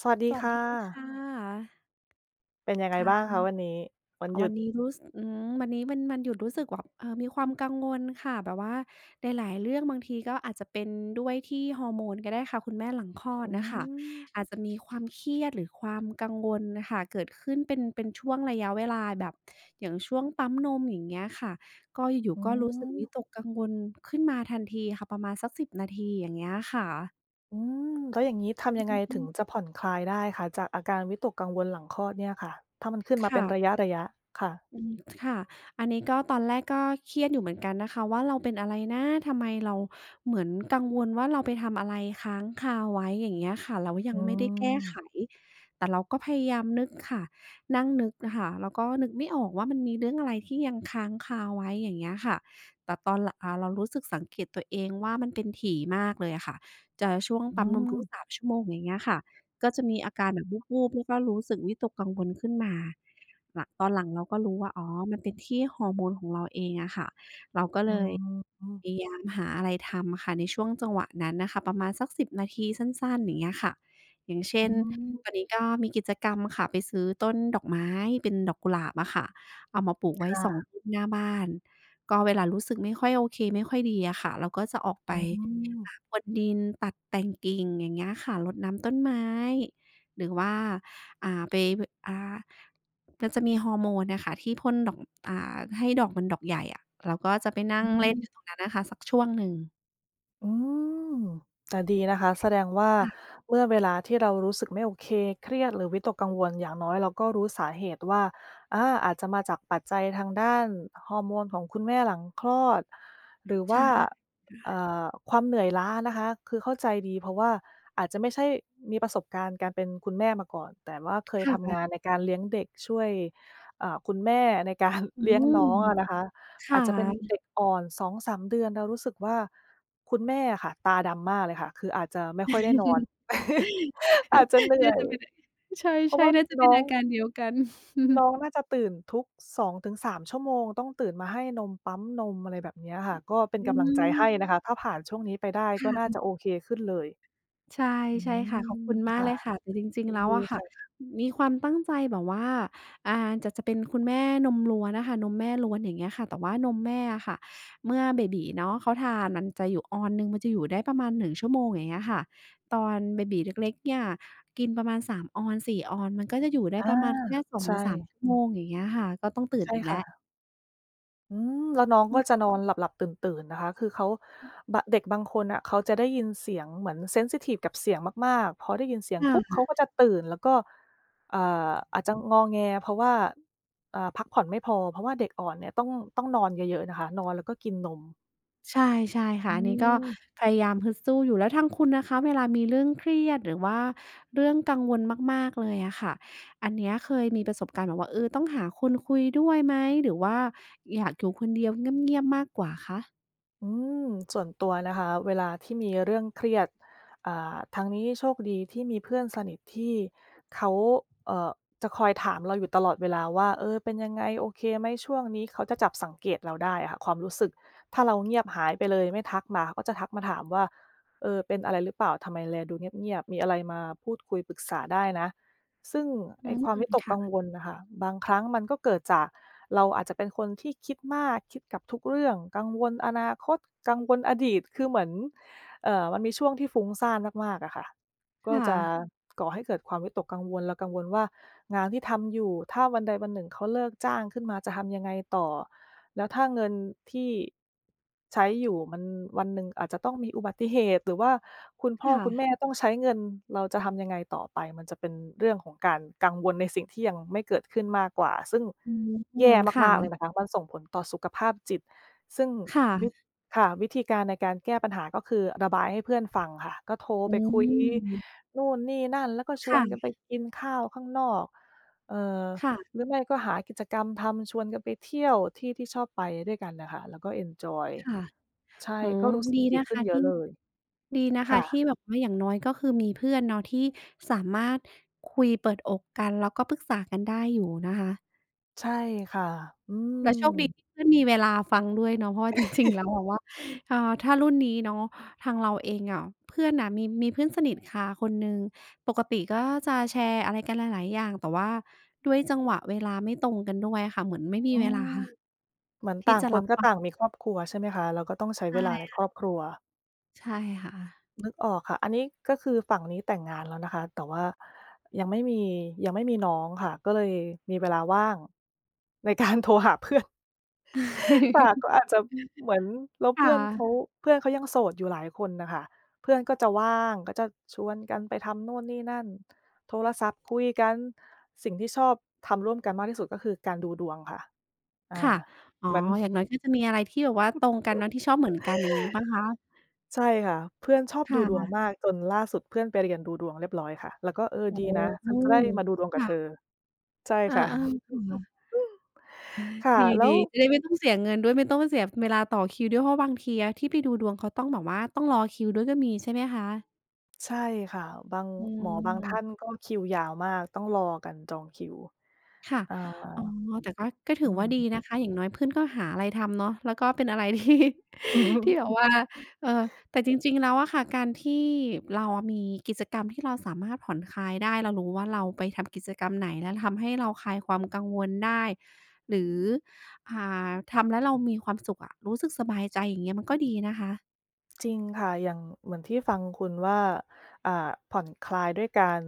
สวัสสดีวัสค่ะ ดีค่ะเป็นยังไงบ้างค่ะคะวันนี้วันหยุวัดนนี้รู้สวันนี้เป็นวันหยุดรู้สึกแบบมีความกังวลค่ะแบบว่าในหลายเรื่องบางทีก็อาจจะเป็นด้วยที่ฮอร์โมนก็ได้ค่ะคุณแม่หลังคลอดอืน่ะค่ะมอาจจะมีความเครียดหรือความกังวลน่ะค่ะเกิดขึ้นเป็นช่วงระยะเวลาแบบอย่างช่วงปั๊มนมอย่างเงี้ยค่ะก็อยู่อืๆก็รู้สึกมวิตกกังวลขึ้นมาทันทีค่ะประมาณสักสิบนาทีอย่างเงี้ยค่ะอืแล้วอย่างงี้ทำอืยังไงอฮึถึงจะผ่อนคลายได้คะจากอาการวิตกกังวลหลังคลอดเนี่ยค่ะถ้ามันขึ้นมาเป็นระค่ะ ยะๆค่ะอืมค่ะอันนี้ก็ตอนแรกก็เครียดอยู่เหมือนกันนะคะว่าเราเป็นอะไรนะทำไมเราเหมือนกังวลว่าเราไปทำอะไรค้างคาไว้อย่างเงี้ยค่ะแล้วยัอืงไม่ได้แก้มไข แต่เราก็พยายามนึกค่ะ นั่งนึกอะค่ะแล้วก็นึกไม่ออกว่ามันมีเรื่องอะไรที่ยังค้างคาไว้อย่างเงี้ยค่ะแต่ตอนหลังเรารู้สึกสังเกตตัวเองว่ามันเป็นถี่มากเลยอะค่ะ จะช่วงอืปั๊มนมทุกสามมชั่วโมงอย่างเงี้ยค่ะก็จะมีอาการแบบวูบๆแล้วก็รู้สึกวิตกกังวลขึ้นมา หลังตอนหลังเราก็รู้ว่าอ๋อมันเป็นที่ฮอร์โมนของเราเองอะค่ะเราก็อืเลยพยามยามหาอะไรทำค่ะในช่วงจังหวะนั้นน่ะค่ะประมาณสัก10นาทีสั้นๆอย่างเงี้ยค่ะ อย่างเช่อืนตอนมนี้ก็มีกิจกรรมค่ะไปซื้อต้นดอกไม้เป็นดอกกุหลาบอะค่ะ เอามาปลูกไว้2ค่ะต้นหน้าบ้านก็เวลารู้สึกไม่ค่อยโอเคไม่ค่อยดีอะค่ะเราก็จะออกไปอืมพรวนดินตัดแต่งกิ่งอย่างเงี้ยค่ะรดน้ำต้นไม้หรือว่า ไปอ่ามันจะมีฮอร์โมนน่ะค่ะที่พ่นดอกอ่าให้ดอกมันดอกใหญ่อะเราก็จะไปนั่อืงเล่นอยู่ตรม งนั้นน่ะค่ะสักช่วงหนึ่งอืมแต่ดีนะคะแสดงว่าค่ะเมื่อเวลาที่เรารู้สึกไม่โอเคเครียดหรือวิตกกังวลอย่างน้อยเราก็รู้สาเหตุว่าอาจจะมาจากปัจจัยทางด้านฮอร์โมนของคุณแม่หลังคลอดหรือว่าใช่เอ่อความเหนื่อยล้านะคะคือเข้าใจดีเพราะว่าอาจจะไม่ใช่มีประสบการณ์การเป็นคุณแม่มาก่อนแต่ว่าเคยคทำงาน่ะในการเลี้ยงเด็กช่วยคุณแม่ในการ อื เลี้ยงมน้องอะนะคะ ค่ะ อาจจะเป็นเด็กอ่อน2-3 เดือนเดือนเรารู้สึกว่าคุณแม่อะค่ะตาดำมากเลยค่ะคืออาจจะไม่ค่อยได้นอน อาจจะเหนื่อน่ายจะเป็นใชเพราะ่ว่าๆน่าจะเป็น้นองอาการเดียวกันน้องน่าจะตื่นทุก2-3 ชั่วโมงชั่วโมงต้องตื่นมาให้นมปั๊มนมอะไรแบบเนี้ยค่ะก็เป็นอืกำลังใจให้นะมคะถ้าผ่านช่วงนี้ไปได้ค่ก็น่าะ จะโอเคขึ้นเลยใช่อืใช่ค่ะขอบมคุณมากค่ะเลยค่ะแต่จริงยิๆนแล้วดีอะค่ะค่ะมีความตั้งใจแบบว่าอ่าจะเป็นคุณแม่นมล้วนอะค่ะนมแม่ล้วนอย่างเงี้ยค่ะแต่ว่านมแม่อะค่ะเมื่อเบบี๋เนาะเขาทานมันจะอยู่ออนหนึ่งมันจะอยู่ได้ประมาณ1ชั่วโมงอย่างเงี้ยค่ะตอนเบบี๋เล็กๆเนี่ยกินประมาณ3ออนสี่ออนมันก็จะอยู่ได้อาประมาณแค่สองใช่ถึงสามชั่วโมงอย่างเงี้ยค่ะก็ต้องตื่นใช่อีกแล้วค่ะ อืมแล้วน้องอืก็มจะนอนหลับๆตื่นๆนะคะ คือเขาบะเด็กบางคนน่ะเขาจะได้ยินเสียงเหมือนเซนซิทิฟกับเสียงมากๆพอได้ยินเสียงปุ๊บค่ะ เขาก็จะตื่นแล้วก็อ่าอาจจะงอแงเพราะว่าพักผ่อนไม่พอเพราะว่าเด็กอ่อนเนี่ยต้องนอนเยอะๆนะคะนอนแล้วก็กินนมใช่ใช่อืค่ะอันนี้ก็ม พยายามฮึดสู้อยู่แล้วทางคุณนะคะเวลามีเรื่องเครียดหรือว่าเรื่องกังวลมากๆเลยอะค่ะอันเนี้ยเคยมีประสบการณ์แบบว่าเออต้องหาคนคุยด้วยไหมหรือว่าอยากอยู่คนเดียวเงียบๆมากกว่าคะอืมส่วนตัวนะคะเวลาที่มีเรื่องเครียดทางนี้โชคดีที่มีเพื่อนสนิทที่เขาเอ่อจะคอยถามเราอยู่ตลอดเวลาว่าเออเป็นยังไงโอเคไหมช่วงนี้เขาจะจับสังเกตเราได้อะค่ะความรู้สึกถ้าเราเงียบหายไปเลยไม่ทักมาเขาก็จะทักมาถามว่าเออเป็นอะไรหรือเปล่าทำไมแลดูเงียบๆมีอะไรมาพูดคุยปรึกษาได้นะ ซึ่งอืไอ้คมวามวิตกกังค่ะวลน่ะค่ะบางครั้งมันก็เกิดจากเราอาจจะเป็นคนที่คิดมากคิดกับทุกเรื่องกังวลอนาคตกังวลอดีตคือเหมือนมันมีช่วงที่ฟุ้งซ่านมากๆอะค่ะก็ค่ะจะก่อให้เกิดความวิตกกังวลเรากังวลว่างานที่ทำอยู่ถ้าวันใดวันหนึ่งเขาเลิกจ้างขึ้นมาจะทำยังไงต่อ แล้วถ้าเงินที่ใช้อยู่มันวันหนึ่งอาจจะต้องมีอุบัติเหตุหรือว่าคุณพ่อคุณแม่ค่ะต้องใช้เงินเราจะทำยังไงต่อไปมันจะเป็นเรื่องของการกังวลในสิ่งที่ยังไม่เกิดขึ้นมากกว่าซึ่งอืมแย่ค่ะมากๆเลยนะคะมันส่งผลต่อสุขภาพจิตซึ่งค่ะวิค่ะวิธีการในการแก้ปัญหาก็คือระบายให้เพื่อนฟังค่ะก็โทรอืไปคุยมนู่นนี่นั่นแล้วก็ชวนกันค่ะไปกินข้าวข้างนอกเอ่อ ค่ะหรือไม่ก็หากิจกรรมทำชวนกันไปเที่ยวที่ที่ชอบไปด้วยกันน่ะค่ะแล้วก็เอนจอยค่ะ ใช่อืก็มรู้สึกดีดีนะขึ้นคะเยอะที่เลยดีนะคะค่ะที่แบบว่าอย่างน้อยก็คือมีเพื่อนเนาะที่สามารถคุยเปิดอกกันแล้วก็ปรึกษากันได้อยู่นะคะใช่ค่ะอืมแล้วโชคดีที่เพื่อนมีเวลาฟังด้วยเนาะเพราะว่า จริงๆแล้วแบบว่าอ่าถ้ารุ่นนี้เนาะทางเราเองอะเพื่อนน่ะมีเพื่อนสนิทค่ะคนหนึ่งปกติก็จะแชร์อะไรกันหลายๆอย่างแต่ว่าด้วยจังหวะเวลาไม่ตรงกันด้วยค่ะเหมือนไม่มีอืเวลามเหมือนที่ต่างจะครันบก็ฟัต่างงมีครอบครัวใช่ไหมคะแล้วก็ต้องใช้เวลาในใช่ครอบครัวใช่ค่ะ นึกออกค่ะอันนี้ก็คือฝั่งนี้แต่งงานแล้วนะคะแต่ว่ายังไม่มียังไม่มีน้องค่ะก็เลยมีเวลาว่างในการ โทรหาเพื่อน ค่ะก็ อาจจะเหมือนแล้วเพื่ค่ะ อนเขาเพื่อนเขายังโสดอยู่หลายคนน่ะค่ะเพื่อนก็จะว่างก็จะชวนกันไปทำนู่นนี่นั่นโทรศัพท์คุยกันสิ่งที่ชอบทำร่วมกันมากที่สุดก็คือการดูดวงค่ะอาค่ะอ๋อเหมือน อย่างน้อยก็จะมีอะไรที่แบบว่าตรงกันเนาะที่ชอบเหมือนกันอย่างงี้เปล่าคะใช่ค่ะเพื่อนชอบดูดวงค่ะมากจนล่าสุดเพื่อนไปเรียนดูดวงเรียบร้อยค่ะแล้วก็เออโอ้ดีนะโฮฉันจะได้มาดูดวงกับเธอค่ะใช่เออค่ะ ๆค่ะ ค่ะดแล้ีวๆจะได้ไม่ต้องเสียเงินด้วยไม่ต้องเสียเวลาต่อคิวด้วยเพราะบางทีอะที่ไปดูดวงเขาต้องแบบว่าต้องรอคิวด้วยก็มีใช่ไหมคะใช่ค่ะบางอืหมอบางท่านม ก็คิวยาวมากต้องรอกันจองคิวค่ะอา อ๋อแต่ก็ถือือม ว่าดี นะคะ อย่างน้อยเพื่อนก็หาอะไรทำเนาะแล้วก็เป็นอะไร ที่อืที่แบบมว่าเออแต่จริงๆแล้วอะค่ะการที่เราอะมีกิจกรรมที่เราสามารถผ่อนคลายได้เรารู้ว่าเราไปทำกิจกรรมไหนแล้วทำให้เราคลายความกังวลได้ หรืออ่ทำแล้วเรามีความสุขอะรู้สึกสบายใจอย่างเงี้ยมันก็ดีนะคะ จริงค่ะอย่างเหมือนที่ฟังคุณว่าอ่าผ่อนคลายด้วยการ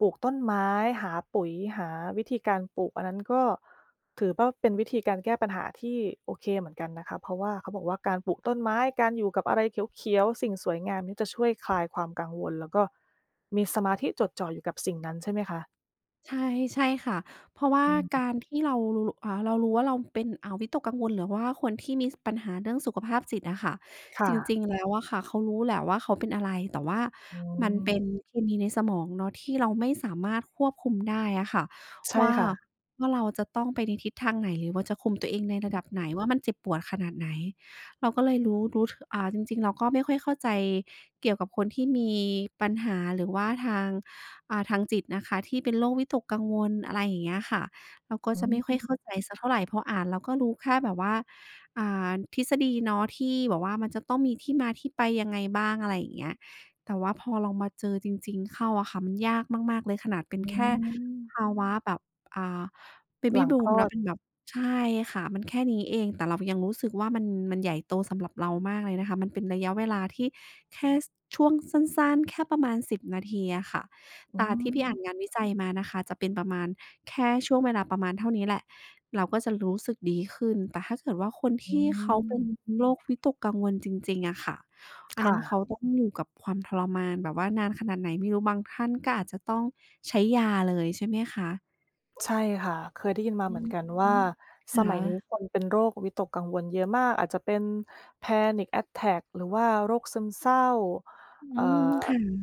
ปลูกต้นไม้หาปุ๋ยหาวิธีการปลูกอันนั้นก็ถือว่าเป็นวิธีการแก้ปัญหาที่โอเคเหมือนกันนะคะเพราะว่าเขาบอกว่าการปลูกต้นไม้การอยู่กับอะไรเขียวๆสิ่งสวยงามนี่จะช่วยคลายความกังวลแล้วก็มีสมาธิจดจ่ออยู่กับสิ่งนั้นใช่ไหมคะใช่ใช่ค่ะเพราะว่าอืกามรที่เรารู้เรารู้ว่าเราเป็นวิตกกังวลหรือว่าคนที่มีสปัญหาเรื่องสุขภาพจิตอะค่ะจค่ะริงๆแล้วอะค่ะเขารู้แหละว่าเขาเป็นอะไรแต่ว่าอืมันมเป็นเคมีในสมองเนาะที่เราไม่สามารถควบคุมได้อะค่ะใช่ว่าค่ะว่าเราจะต้องไปในทิศทางไหนหรือว่าจะคุมตัวเองในระดับไหนว่ามันเจ็บปวดขนาดไหนเราก็เลยรู้รู้ถอ่าจริงๆเราก็ไม่ค่อยเข้าใจเกี่ยวกับคนที่มีปัญหาหรือว่าทาง ทางจิตนะคะที่เป็นโรควิตกกังวลอะไรอย่างเงี้ยค่ะเราก็อืจะไม่ค่อยเข้ามใจสักเท่าไรพออ่านเราก็รู้แค่แบบว่าทฤษฎีเนาะที่แบบว่ามันจะต้องมีที่มาที่ไปยังไงบ้างอะไรอย่างเงี้ยแต่ว่าพอลองมาเจอจริงๆเข้าอะค่ะมันยากมากๆเลยขนาดเป็นอืแค่มภาวะแบบอ่า ห Baby ลังค Boom ลอเนาะดเป็นแบบใช่ค่ะมันแค่นี้เองแต่เรายังรู้สึกว่ามันใหญ่โตสำหรับเรามากเลยนะคะมันเป็นระยะเวลาที่แค่สช่วงสั้นๆแค่ประมาณ10 นาทีอะค่ะ อืตามที่มพี่อ่านงานวิจัยมานะคะจะเป็นประมาณแค่ช่วงเวลาประมาณเท่านี้แหละเราก็จะรู้สึกดีขึ้นแต่ถ้าเกิดว่าคนอืที่เขาเป็นม โรควิตกกังวลจริงๆอะค่ะอันนั้นเขาค่ะต้องอยู่กับความทรมานแบบว่านานขนาดไหนไม่รู้บางท่านก็อาจจะต้องใช้ยาเลยใช่ไหมคะใช่ค่ะเคยได้ยินมาอืเหอมือนกันว่าฮึคสมัยนี้ค่ะนเป็นโรควิตกกังวลเยอะมากอาจจะเป็น panic attack หรือว่าโรคซึมเศร้าอืเอ่อ มค่ะ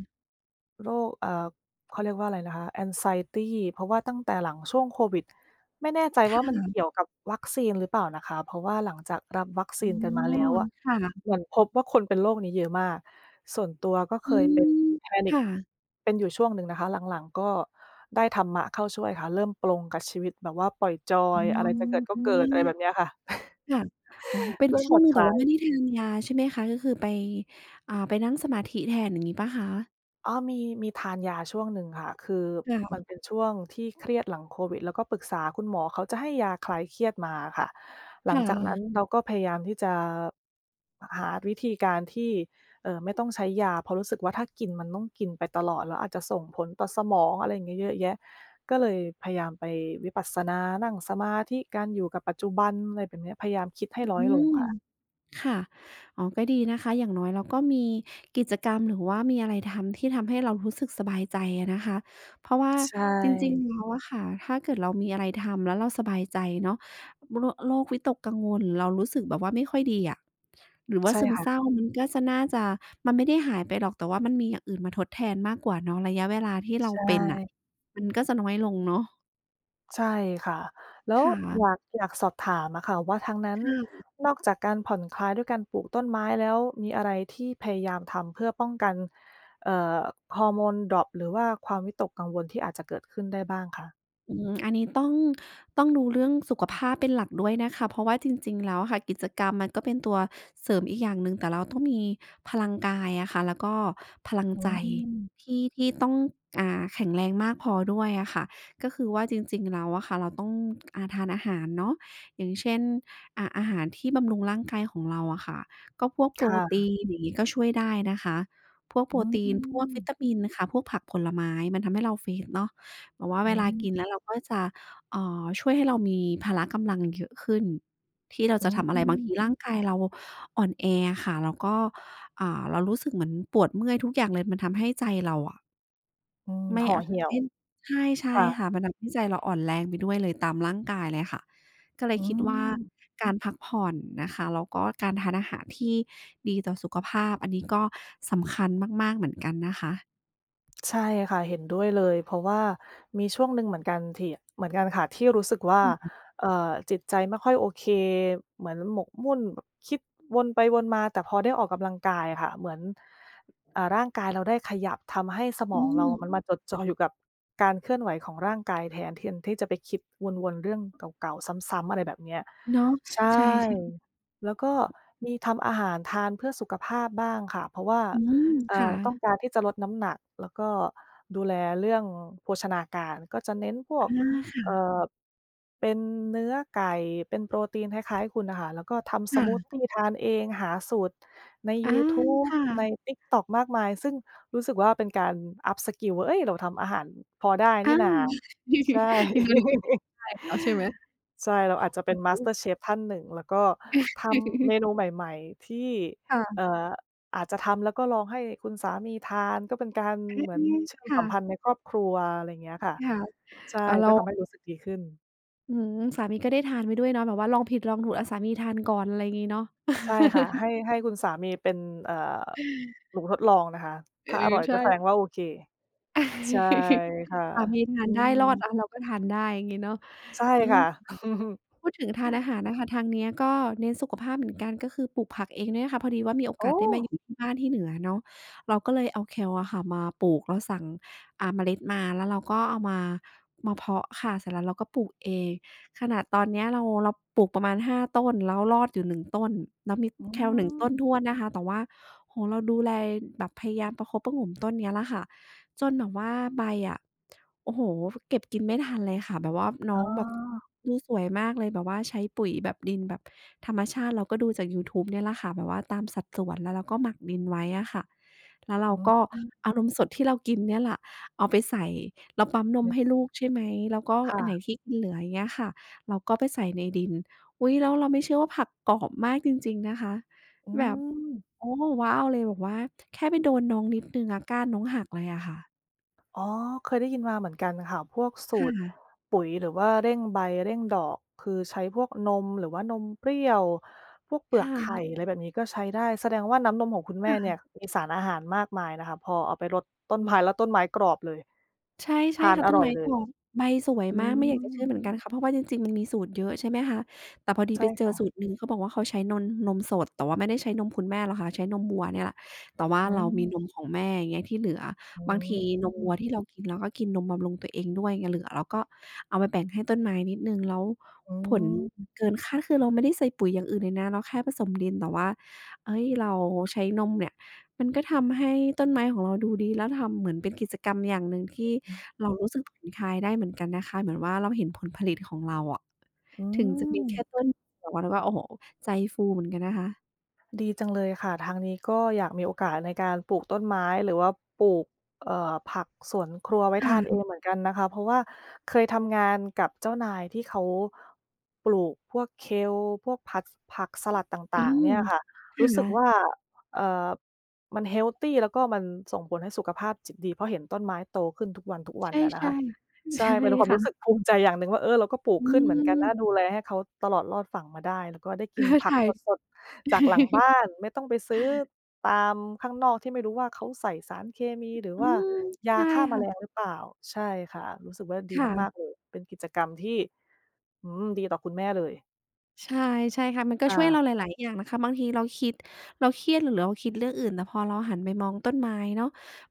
โรคเขาเรียกว่าอะไรนะคะ anxiety เพราะว่าตั้งแต่หลังช่วงโควิดไม่แน่ใจค่ว่ามันะเกี่ยวกับวัคซีนหรือเปล่านะคะ เพราะว่าหลังจากรับวัคอ๋ซีอนกันมาแล้วอะค่ะเหมือนพบว่าคนเป็นโรคนี้เยอะมาก ส่วนตัวก็เคอืยเป็น ม panic ค่ะเป็นอยู่ช่วงหนึ่งนะคะหลังๆก็ได้ธรรมะเข้าช่วยค่ะเริ่มปลงกับชีวิตแบบว่าปล่อยจออ๋ยอะไรจะเกิดอ ก็เกิดอะไรแบบเนี้ยค่ะ ค่ะอ๋อ เป็นเริ่มช่ผ่วงอนหนึ่งคแต่ลาว่าไม่ได้ย ทานยาใช่ไหมคะ ก็คือไปไปนั่งสมาธิแทนอย่างงี้เปล่าคะอ้อมีทานยาช่วงหนึ่งค่ะคือมัค่ะนเป็นช่วงที่เครียดหลังโควิดแล้วก็ปรึกษาคุณหมอเขาจะให้ยาคลายเครียดมาอะค่ะหลัคงจากนั้น่ะ เราก็พยายามที่จะหาวิธีการที่ไม่ต้องใช้ยาเพราะรู้สึกว่าถ้ากินมันต้องกินไปตลอดแล้วอาจจะส่งผลต่อสมองอะไรอย่างเงี้ยเยอะแยะก็เลยพยายามไปวิปัสสนานั่งสมาธิการอยู่กับปัจจุบันอะไรแบบเนี้ยพยายามคิดให้น้ออืยลงม ค่ะค่ะอ๋อก็ดีนะคะอย่างน้อยเราก็มีกิจกรรมหรือว่ามีอะไรทำที่ทำให้เรารู้สึกสบายใจอะนะคะ เพราะว่าใชจริง่ๆแล้วอะค่ะ ถ้าเกิดเรามีอะไรทำแล้วเราสบายใจเนาะโรควิตกกังวลเรารู้สึกแบบว่าไม่ค่อยดีอะหรือว่าใช่ซึมเศค่ะร้ามันก็จะน่าจะมันไม่ได้หายไปหรอกแต่ว่ามันมีอย่างอื่นมาทดแทนมากกว่าเนาะระยะเวลาที่เราใชเป็นน่ะ่ มันก็จะน้อยลงเนาะใช่ค่ะแล้ควอยา่ะอยากสอบถามอะค่ะว่าทางนั้นค่ะ นอกจากการผ่อนคลายด้วยการปลูกต้นไม้แล้วมีอะไรที่พยายามทำเพื่อป้องกันเอ่อฮอร์โมนดร็อปหรือว่าความวิตกกังวลที่อาจจะเกิดขึ้นได้บ้างคะอืมอันนี้ต้องดูเรื่องสุขภาพเป็นหลักด้วยนะคะเพราะว่าจริงๆแล้วอะค่ะกิจกรรมมันก็เป็นตัวเสริมอีกอย่างหนึ่งแต่เราต้องมีพลังกายอะค่ะแล้วก็พลังอืใจมที่ต้องแข็งแรงมากพอด้วยอะค่ะก็คือว่าจริงๆแล้วอะค่ะเราต้องทานอาหารเนาะอย่างเช่นอาหารที่บำรุงร่างกายของเราอะค่ะก็พวกโปรตีค่ะนอย่างงี้ก็ช่วยได้นะคะพวกโปอืรตีนพวกมวิตามินค่ะพวกผักผลไม้มันทำให้เราเฟตเนาะ แบบว่าอืเวลากินแล้มวเราก็จะเอ่อช่วยให้เรามีพละกำลังเยอะขึ้นที่เราอืจะทำอะไรบางทีมร่างกายเราอ่อนแออะค่ะแล้วก็อ่าเรารู้สึกเหมือนปวดเมื่อยทุกอย่างเลยมันทำให้ใจเราอะอืมไม่ห่ออาเหี่ยทำวให้ใช่ใช่ค่ะค่ะมันทำให้ใจเราอ่อนแรงไปด้วยเลยตามร่างกายเลยค่ะก็เลอืยคิดว่าม การพักผ่อนนะคะแล้วก็การทานอาหารที่ดีต่อสุขภาพอันนี้ก็สำคัญมากๆเหมือนกันนะคะใช่ค่ะเห็นด้วยเลยเพราะว่ามีช่วงหนึ่งเหมือนกันที่เหมือนกันค่ะที่รู้สึกว่าค่ะจิตใจไม่ค่อยโอเคเหมือนหมกมุ่นแบบคิดวนไปวนมาแต่พอได้ออกกำลังกายอะค่ะเหมือนอ่าร่างกายเราได้ขยับทำให้สมอืองเรามันมมาจดจ่ออยู่กับการเคลื่อนไหวของร่างกายแทนที่จะไปคิดวนๆเรื่องเก่าๆซ้ำๆอะไรแบบเนี้ยเนาะใชใช่่แล้วก็มีทำอาหารทานเพื่อสุขภาพบ้างค่ะเพราะว่า ๆอืมเอ่อค่ะ ต้องการที่จะลดน้ำหนักแล้วก็ดูแลเรื่องโภชนาการก็จะเน้นพวอกเอ่าอเป็นเนื้อไก่เป็นโปรตีนคล้ายๆคุณน่ะค่ะแล้วก็ทำสมูทค่ะทีทานเองหาสูตรในๆอายูทูบค่ะ ใน TikTok มากมายซึ่งรู้สึกว่าเป็นการอัปสกิลว่าเฮ้ยเราทำอาหารพอได้นี่อานาใช่ อย่างน้อยเราก็คิด ได้เนาะใช่ไหมใช่เราอาจจะเป็อืน อ Master ฮ Chef ท่านหนึ่งแล้วก็ทำึเมนูใหม่ๆที่เอ่อ ค่ะอาจจะทำแล้วก็ลองให้คุณสามีทานก็เป็นการเอ๊เหมือนะเชื่อมๆสัค่ะมพันธ์ในครอบครัวอะไรอย่างเงี้ยค่ะค่ะใช่อ่าแล้ก็วทำให้รู้สึกดีขึ้นอื้สามีก็ได้ทานไปด้วยเนาะแบบว่าลองผิดลองถูกอาสามีทานก่อนอะไรงี้เนาะ ใช่ค่ะให้คุณสามีเป็นเอ่อหนูทดลองนะคะเออถ้าอร่อยก็ใช่ แสดงว่าโอเคใช่ ค่ะสามีทาอืนได้มรอดอาเราก็ทานได้อย่างงี้เนาะใช่อืมค่ะ พูดถึงทานอาหารนะคะทางเนี้ยก็เน้นสุขภาพเหมือนกันก็คือปลูกผักเองเนี่ยนะคะพอดีว่ามีโอโอ้กาสได้มาอยู่ที่บ้านที่เหนือเนาะเราก็เลยเอาแคลอะค่ะมาปลูกเราสั่งเมล็ดมาแล้วเราก็เอามาเพาะค่ะเสร็จแล้วเราก็ปลูกเองขนาดตอนเนี้ยเราปลูกประมาณ5 ต้นแล้วรอดอยู่หนึ่งต้นแล้วมีอืแคลหนึ่งมต้นถ้วนนะคะแต่ว่าโอ้โฮเราดูแลแบบพยายามประคบประหงมต้นเนี้ยแหละค่ะ จนแบบว่าใบอะโอ้โฮเก็บกินไม่ทันเลยค่ะแบบว่าอ๋น้องแบบอดูสวยมากเลยแบบว่าใช้ปุ๋ยแบบดินแบบธรรมชาติเราก็ดูจากยูทูบเนี่ยแหละค่ะแบบว่าตามสัดส่วนแล้วเราก็หมักดินไว้อะค่ะแล้วเราอืมก็เอานมสดที่เรากินเนี่ยแหละเอาไปใส่เราปั๊มนมให้ลูกใช่ไหมแล้วก็อันไหนค่ะที่กินเหลืออย่างเงี้ยค่ะเราก็ไปใส่ในดินอุ๊ยแล้วเราไม่เชื่อว่าผักกรอบมากจริงๆนะคะอืแบบม โอ้ว้าวเลยแบบว่าแค่ไปโดนน้องนิดหนึ่งอะก้านน้องหักเลยอะค่ะ อ๋อเคยได้ยินมาเหมือนกันค่ะพวกสูค่ตระปุ๋ยหรือว่าเร่งใบเร่งดอกคือใช้พวกนมหรือว่านมเปรี้ยวพวกเปลือค่กไข่อะะไรแบบนี้ก็ใช้ได้แสดงว่าน้ำนมของคุณแม่เนี่ยค่ะมีสารอาหารมากมายนะคะพอเอาไปรดต้นไม้แล้วต้นไม้กรอบเลยใช่ใช่ทานค่ะอต้นร่อยไม้เลกยอกใบสวยอืมากไม่อยากจะเชื่อเหมือนมกันค่ะเพราะว่าจริงๆมันมีสูตรเยอะใช่ไหมคะแต่พอดีใช่ไปเจอสูตรค่ะหนึ่งเขาบอกว่าเขาใช้นมสดแต่ว่าไม่ได้ใช้นมคุณแม่หรอกค่ะใช้นมวัวเนี่ยแหละแต่ว่าอืเรามีนมมของแม่อย่างเงี้ยที่เหลืออืบางมทีอืนมวัวที่เรากินเราก็กินนมบำรุงตัวเองด้วยไงเหลือเราก็เอาไปแบ่งให้ต้นไม้นิดหนึ่งแล้วผลมเกินคาดคือเราไม่ได้ใส่ปุ๋ยอย่างอื่นเลยนะเราแค่ผสมดินแต่ว่าเฮ้ย เราใช้นมเนี่ย มันก็ทำให้ต้นไม้ของเราดูดีแล้วทำเหมือนเป็นกิจกรรมอย่างหนึ่งที่เรารู้สึกผ่อนคลายได้เหมือนกันนะคะเหมือนว่าเราเห็นผลผลิตของเราอะอืถึงจะมีแค่ม ต้นแต่ว่าเราก็โอ้โฮใจฟูเหมือนกันนะคะดีจังเลยค่ะทางนี้ก็อยากมีโอกาสในการปลูกต้นไม้หรือว่าปลูกผักสวนครัวไว้ค่ทานเอะงเหมือนกันนะคะเพราะว่าเคยทำงานกับเจ้านายที่เขาปลูกพวกเคลพวกผักสลัดตอื่างๆมเนี่ยค่ะครู้สึกว่า่ะเอ่อมันเฮลทีแล้วก็มันส่งผลให้สุขภาพจิตดีเพราะเห็นต้นไม้โตขึ้นทุกวันๆอะนะใช่คะ ๆใช่ใช่เป็นความค่ะรู้สึกภูมิใจอย่างหนึ่งว่าเออเราก็ปลูกอืขึ้นเหมือนกันนะม ดูแลให้เขาตลอดรอดฝั่งมาได้แล้วก็ได้ เอกินอผักถ่าสยดๆจากหลังบ้านไม่ต้องไปซื้อตามข้างนอกที่ไม่รู้ว่าเขาใส่สารเคมีหรืออืว่ามยาใช่ฆ่าแมลงค่ะหรือเปล่าใช่ค่ะรู้สึกว่าดีมากๆค่ะ เลยเป็นกิจกรรมที่อืมดีต่อคุณแม่เลยใช่ใช่ค่ะมันก็ค่ะช่วยเราหลายๆอย่างนะคะบางทีเราคิดเราเครียดหรือเราคิดเรื่องอื่นแต่พอเราหันไปมองต้นไม้เนาะ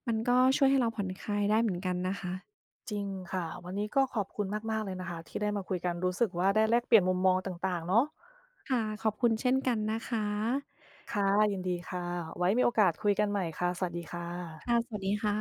มันก็ช่วยให้เราผ่อนคลายได้เหมือนกันนะคะจริงค่ะวันนี้ก็ขอบคุณมากๆเลยนะคะที่ได้มาคุยกันรู้สึกว่าได้แลกเปลี่ยนมุมมองต่างๆเนาะค่ะขอบคุณเช่นกันนะคะค่ะยินดีค่ะไว้มีโอกาสคุยกันใหม่ค่ะสวัสดีค่ะค่ะสวัสดีค่ะ